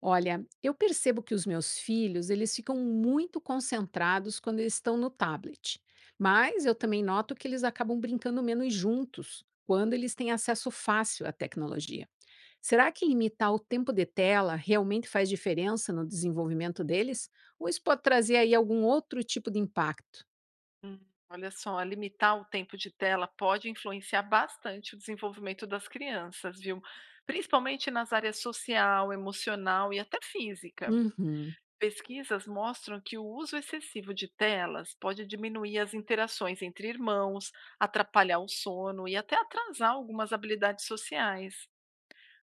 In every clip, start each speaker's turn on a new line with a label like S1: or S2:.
S1: Olha, eu percebo que os meus filhos, eles ficam muito concentrados quando eles estão no tablet. Mas eu também noto que eles acabam brincando menos juntos quando eles têm acesso fácil à tecnologia. Será que limitar o tempo de tela realmente faz diferença no desenvolvimento deles? Ou isso pode trazer aí algum outro tipo de impacto?
S2: Hum, olha só, limitar o tempo de tela pode influenciar bastante o desenvolvimento das crianças, viu? Principalmente nas áreas social, emocional e até física.
S1: Uhum,
S2: Pesquisas mostram que o uso excessivo de telas pode diminuir as interações entre irmãos, atrapalhar o sono e até atrasar algumas habilidades sociais.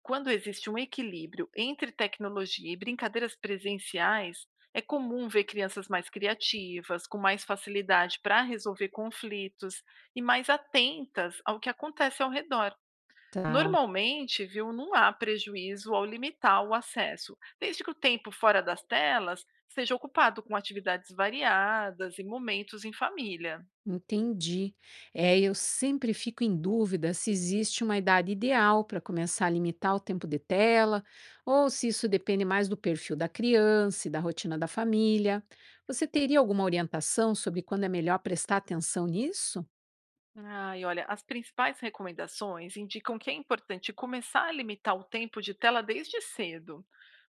S2: Quando existe um equilíbrio entre tecnologia e brincadeiras presenciais, é comum ver crianças mais criativas, com mais facilidade para resolver conflitos e mais atentas ao que acontece ao redor.
S1: tá.
S2: Normalmente, viu, não há prejuízo ao limitar o acesso, desde que o tempo fora das telas seja ocupado com atividades variadas e momentos em família.
S1: Entendi. É, eu sempre fico em dúvida se existe uma idade ideal para começar a limitar o tempo de tela, ou se isso depende mais do perfil da criança e da rotina da família. Você teria alguma orientação sobre quando é melhor prestar atenção nisso?
S2: Ah, e olha, as principais recomendações indicam que é importante começar a limitar o tempo de tela desde cedo,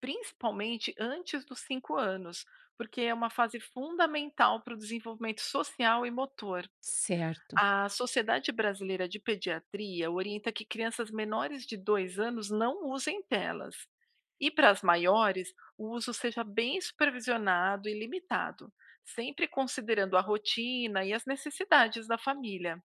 S2: principalmente antes dos 5 anos, porque é uma fase fundamental para o desenvolvimento social e motor.
S1: Certo,
S2: A Sociedade Brasileira de Pediatria orienta que crianças menores de 2 anos não usem telas. E para as maiores, o uso seja bem supervisionado e limitado, sempre considerando a rotina e as necessidades da família.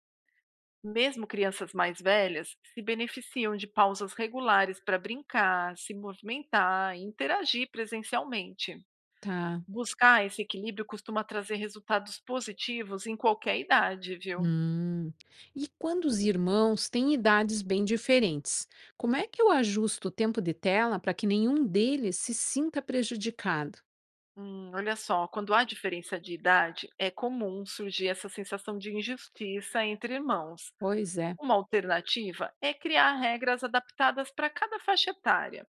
S2: Mesmo crianças mais velhas se beneficiam de pausas regulares para brincar, se movimentar e interagir presencialmente.
S1: tá.
S2: Buscar esse equilíbrio costuma trazer resultados positivos em qualquer idade, viu?
S1: Hum. E quando os irmãos têm idades bem diferentes, como é que eu ajusto o tempo de tela para que nenhum deles se sinta prejudicado?
S2: Olha só, quando há diferença de idade, é comum surgir essa sensação de injustiça entre irmãos.
S1: Pois é.
S2: Uma alternativa é criar regras adaptadas para cada faixa etária,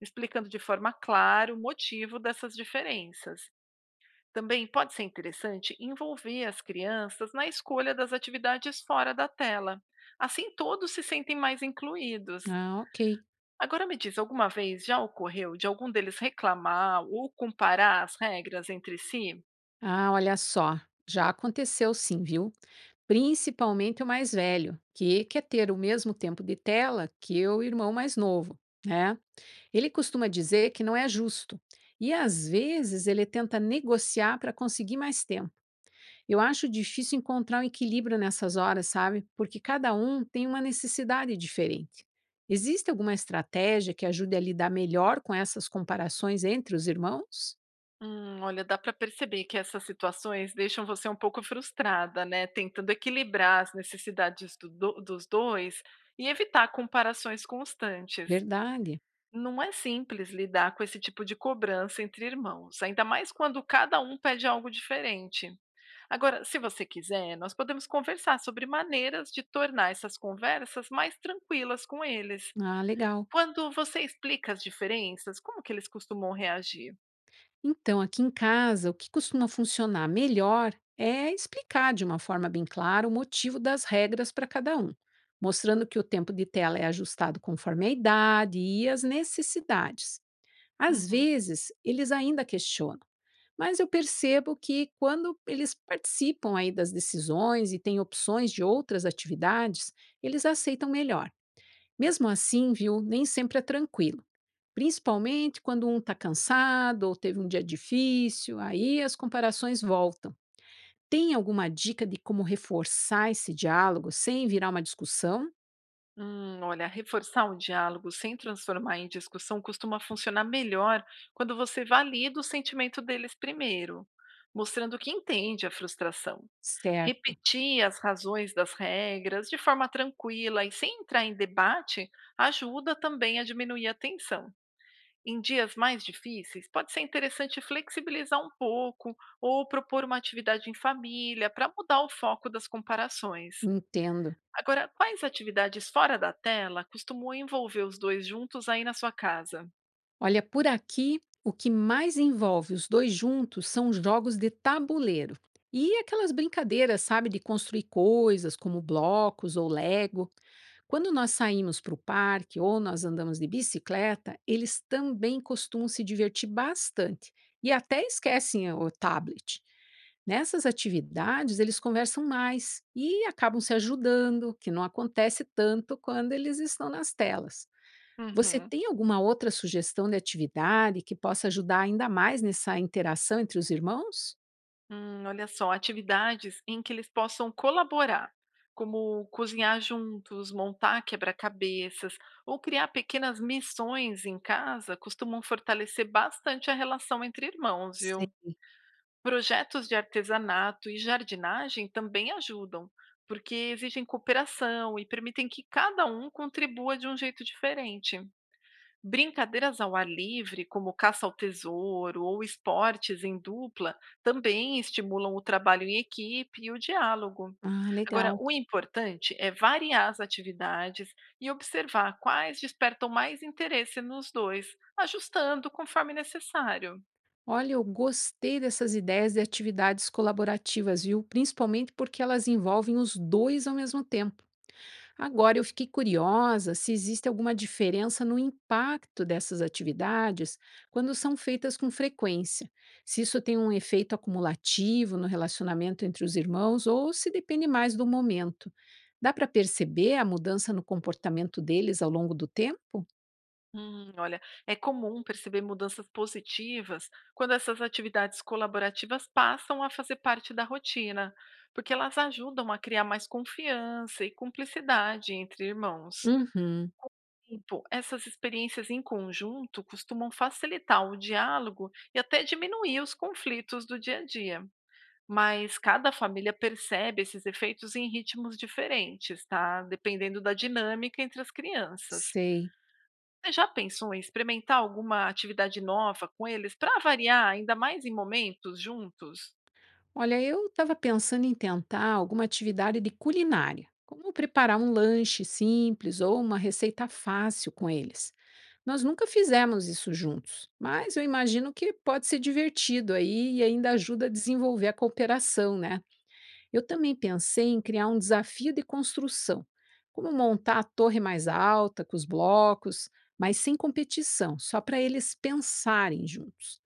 S2: explicando de forma clara o motivo dessas diferenças. Também pode ser interessante envolver as crianças na escolha das atividades fora da tela. Assim, todos se sentem mais incluídos.
S1: Ah, ok.
S2: Agora me diz, alguma vez já ocorreu de algum deles reclamar ou comparar as regras entre si?
S1: Ah, olha só, já aconteceu sim, viu? Principalmente o mais velho, que quer ter o mesmo tempo de tela que o irmão mais novo, né? Ele costuma dizer que não é justo. E às vezes ele tenta negociar para conseguir mais tempo. Eu acho difícil encontrar um equilíbrio nessas horas, sabe? Porque cada um tem uma necessidade diferente. Existe alguma estratégia que ajude a lidar melhor com essas comparações entre os irmãos?
S2: Olha, dá para perceber que essas situações deixam você um pouco frustrada, né? Tentando equilibrar as necessidades dos dois e evitar comparações constantes.
S1: Verdade.
S2: Não é simples lidar com esse tipo de cobrança entre irmãos, ainda mais quando cada um pede algo diferente. Agora, se você quiser, nós podemos conversar sobre maneiras de tornar essas conversas mais tranquilas com eles.
S1: Ah, legal.
S2: Quando você explica as diferenças, como que eles costumam reagir?
S1: Então, aqui em casa, o que costuma funcionar melhor é explicar de uma forma bem clara o motivo das regras para cada um, mostrando que o tempo de tela é ajustado conforme a idade e as necessidades. Às
S2: Uhum.
S1: vezes, eles ainda questionam, mas eu percebo que quando eles participam aí das decisões e têm opções de outras atividades, eles aceitam melhor. Mesmo assim, viu, nem sempre é tranquilo. Principalmente quando um está cansado ou teve um dia difícil, aí as comparações voltam. Tem alguma dica de como reforçar esse diálogo sem virar uma discussão?
S2: Olha, reforçar o diálogo sem transformar em discussão costuma funcionar melhor quando você valida o sentimento deles primeiro, mostrando que entende a frustração.
S1: Certo,
S2: Repetir as razões das regras de forma tranquila e sem entrar em debate ajuda também a diminuir a tensão. Em dias mais difíceis, pode ser interessante flexibilizar um pouco ou propor uma atividade em família para mudar o foco das comparações.
S1: entendo.
S2: Agora, quais atividades fora da tela costumam envolver os dois juntos aí na sua casa?
S1: Olha, por aqui, o que mais envolve os dois juntos são jogos de tabuleiro. E aquelas brincadeiras, sabe, de construir coisas como blocos ou Lego. Quando nós saímos para o parque ou nós andamos de bicicleta, eles também costumam se divertir bastante e até esquecem o tablet. Nessas atividades, eles conversam mais e acabam se ajudando, que não acontece tanto quando eles estão nas telas. Você
S2: Uhum.
S1: tem alguma outra sugestão de atividade que possa ajudar ainda mais nessa interação entre os irmãos?
S2: Olha só, atividades em que eles possam colaborar, como cozinhar juntos, montar quebra-cabeças ou criar pequenas missões em casa, costumam fortalecer bastante a relação entre irmãos,
S1: Sei.
S2: viu? Projetos de artesanato e jardinagem também ajudam, porque exigem cooperação e permitem que cada um contribua de um jeito diferente. Brincadeiras ao ar livre, como caça ao tesouro ou esportes em dupla, também estimulam o trabalho em equipe e o diálogo.
S1: Ah,
S2: Agora,
S1: legal.
S2: o importante é variar as atividades e observar quais despertam mais interesse nos dois, ajustando conforme necessário.
S1: Olha, eu gostei dessas ideias de atividades colaborativas, viu? Principalmente porque elas envolvem os dois ao mesmo tempo. Agora eu fiquei curiosa se existe alguma diferença no impacto dessas atividades quando são feitas com frequência. Se isso tem um efeito acumulativo no relacionamento entre os irmãos ou se depende mais do momento. Dá para perceber a mudança no comportamento deles ao longo do tempo?
S2: Olha, é comum perceber mudanças positivas quando essas atividades colaborativas passam a fazer parte da rotina, porque elas ajudam a criar mais confiança e cumplicidade entre irmãos.
S1: Uhum.
S2: Tipo, essas experiências em conjunto costumam facilitar o diálogo e até diminuir os conflitos do dia a dia. Mas cada família percebe esses efeitos em ritmos diferentes, tá? Dependendo da dinâmica entre as crianças.
S1: Sei.
S2: Você já pensou em experimentar alguma atividade nova com eles para variar, ainda mais em momentos juntos?
S1: Olha, eu estava pensando em tentar alguma atividade de culinária, como preparar um lanche simples ou uma receita fácil com eles. Nós nunca fizemos isso juntos, mas eu imagino que pode ser divertido aí e ainda ajuda a desenvolver a cooperação, né? Eu também pensei em criar um desafio de construção, como montar a torre mais alta com os blocos, mas sem competição, só para eles pensarem juntos.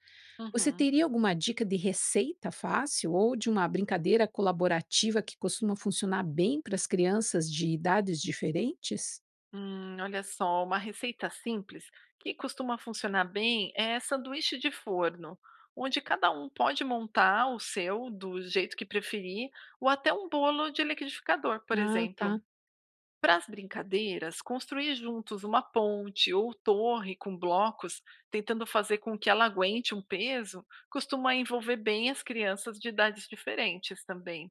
S1: Você
S2: Uhum.
S1: teria alguma dica de receita fácil ou de uma brincadeira colaborativa que costuma funcionar bem para as crianças de idades diferentes?
S2: Olha só, uma receita simples que costuma funcionar bem é sanduíche de forno, onde cada um pode montar o seu do jeito que preferir, ou até um bolo de liquidificador, por
S1: Ah,
S2: exemplo.
S1: tá.
S2: Para as brincadeiras, construir juntos uma ponte ou torre com blocos, tentando fazer com que ela aguente um peso, costuma envolver bem as crianças de idades diferentes também.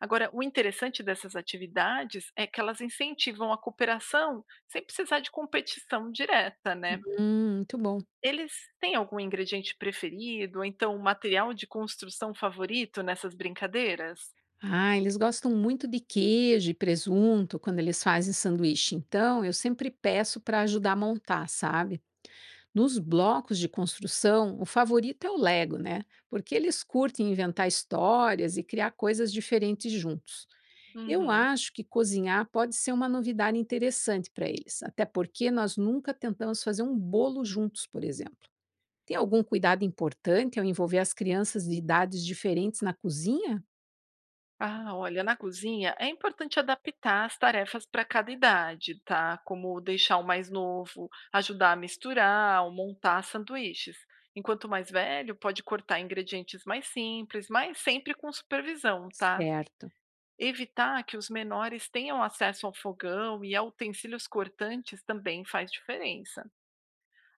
S2: Agora, o interessante dessas atividades é que elas incentivam a cooperação sem precisar de competição direta, né?
S1: Muito bom.
S2: Eles têm algum ingrediente preferido, ou então um material de construção favorito nessas brincadeiras?
S1: Ah, eles gostam muito de queijo e presunto quando eles fazem sanduíche. Então, eu sempre peço para ajudar a montar, sabe? Nos blocos de construção, o favorito é o Lego, né? Porque eles curtem inventar histórias e criar coisas diferentes juntos. Eu
S2: Uhum.
S1: acho que cozinhar pode ser uma novidade interessante para eles, até porque nós nunca tentamos fazer um bolo juntos, por exemplo. Tem algum cuidado importante ao envolver as crianças de idades diferentes na cozinha?
S2: Ah, olha, na cozinha é importante adaptar as tarefas para cada idade, tá? Como deixar o mais novo ajudar a misturar ou montar sanduíches. Enquanto o mais velho pode cortar ingredientes mais simples, mas sempre com supervisão, tá?
S1: Certo,
S2: Evitar que os menores tenham acesso ao fogão e a utensílios cortantes também faz diferença.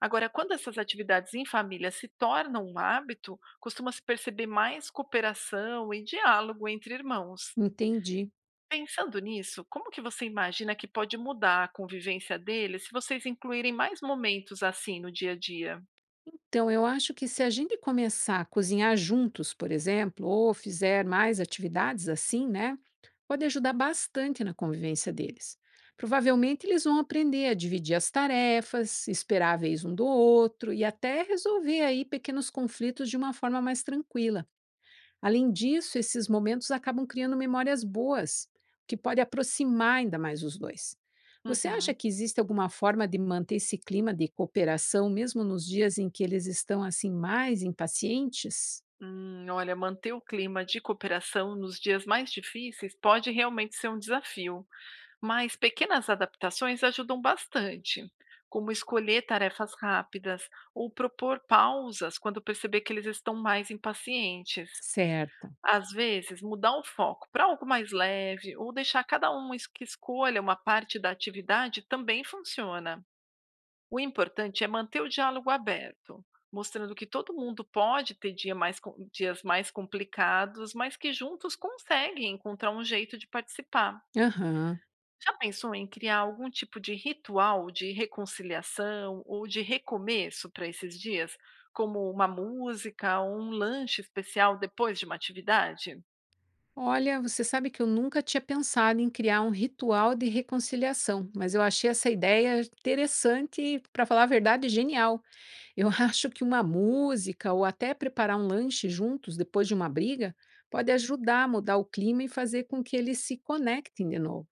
S2: Agora, quando essas atividades em família se tornam um hábito, costuma-se perceber mais cooperação e diálogo entre irmãos.
S1: entendi.
S2: Pensando nisso, como que você imagina que pode mudar a convivência deles se vocês incluírem mais momentos assim no dia a dia?
S1: Então, eu acho que se a gente começar a cozinhar juntos, por exemplo, ou fizer mais atividades assim, né? Pode ajudar bastante na convivência deles. Provavelmente eles vão aprender a dividir as tarefas, esperar a vez um do outro e até resolver aí pequenos conflitos de uma forma mais tranquila. Além disso, esses momentos acabam criando memórias boas, o que pode aproximar ainda mais os dois. Você acha
S2: Uhum.
S1: que existe alguma forma de manter esse clima de cooperação mesmo nos dias em que eles estão assim mais impacientes?
S2: Olha, manter o clima de cooperação nos dias mais difíceis pode realmente ser um desafio, mas pequenas adaptações ajudam bastante, como escolher tarefas rápidas ou propor pausas quando perceber que eles estão mais impacientes.
S1: Certo.
S2: Às vezes, mudar o foco para algo mais leve ou deixar cada um que escolha uma parte da atividade também funciona. O importante é manter o diálogo aberto, mostrando que todo mundo pode ter dia mais dias mais complicados, mas que juntos conseguem encontrar um jeito de participar.
S1: Aham.
S2: Já pensou em criar algum tipo de ritual de reconciliação ou de recomeço para esses dias, como uma música ou um lanche especial depois de uma atividade?
S1: Olha, você sabe que eu nunca tinha pensado em criar um ritual de reconciliação, mas eu achei essa ideia interessante e, para falar a verdade, genial. Eu acho que uma música ou até preparar um lanche juntos depois de uma briga pode ajudar a mudar o clima e fazer com que eles se conectem de novo.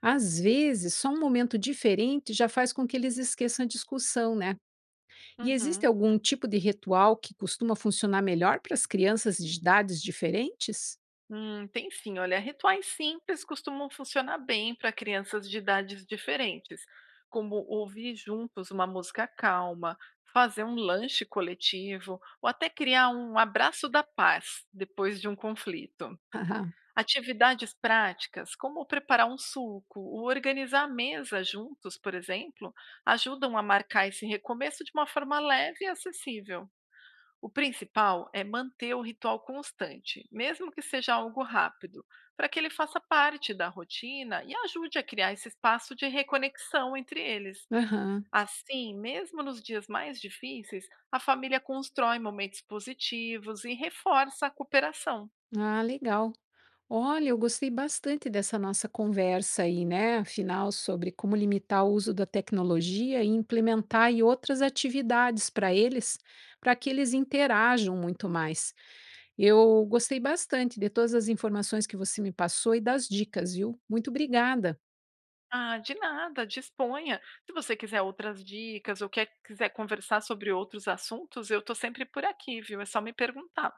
S1: Às vezes, só um momento diferente já faz com que eles esqueçam a discussão, né? E existe
S2: Uhum.
S1: algum tipo de ritual que costuma funcionar melhor para as crianças de idades diferentes?
S2: Tem sim, olha, rituais simples costumam funcionar bem para crianças de idades diferentes, como ouvir juntos uma música calma, fazer um lanche coletivo ou até criar um abraço da paz depois de um conflito.
S1: Aham.
S2: Atividades práticas, como preparar um suco ou organizar a mesa juntos, por exemplo, ajudam a marcar esse recomeço de uma forma leve e acessível. O principal é manter o ritual constante, mesmo que seja algo rápido, para que ele faça parte da rotina e ajude a criar esse espaço de reconexão entre eles. Assim, mesmo nos dias mais difíceis, a família constrói momentos positivos e reforça a cooperação.
S1: Ah, legal. Olha, eu gostei bastante dessa nossa conversa aí, né? Afinal, sobre como limitar o uso da tecnologia e implementar aí outras atividades para eles, para que eles interajam muito mais. Eu gostei bastante de todas as informações que você me passou e das dicas, viu? Muito obrigada.
S2: Ah, de nada, disponha. Se você quiser outras dicas ou quiser conversar sobre outros assuntos, eu estou sempre por aqui, viu? É só me perguntar.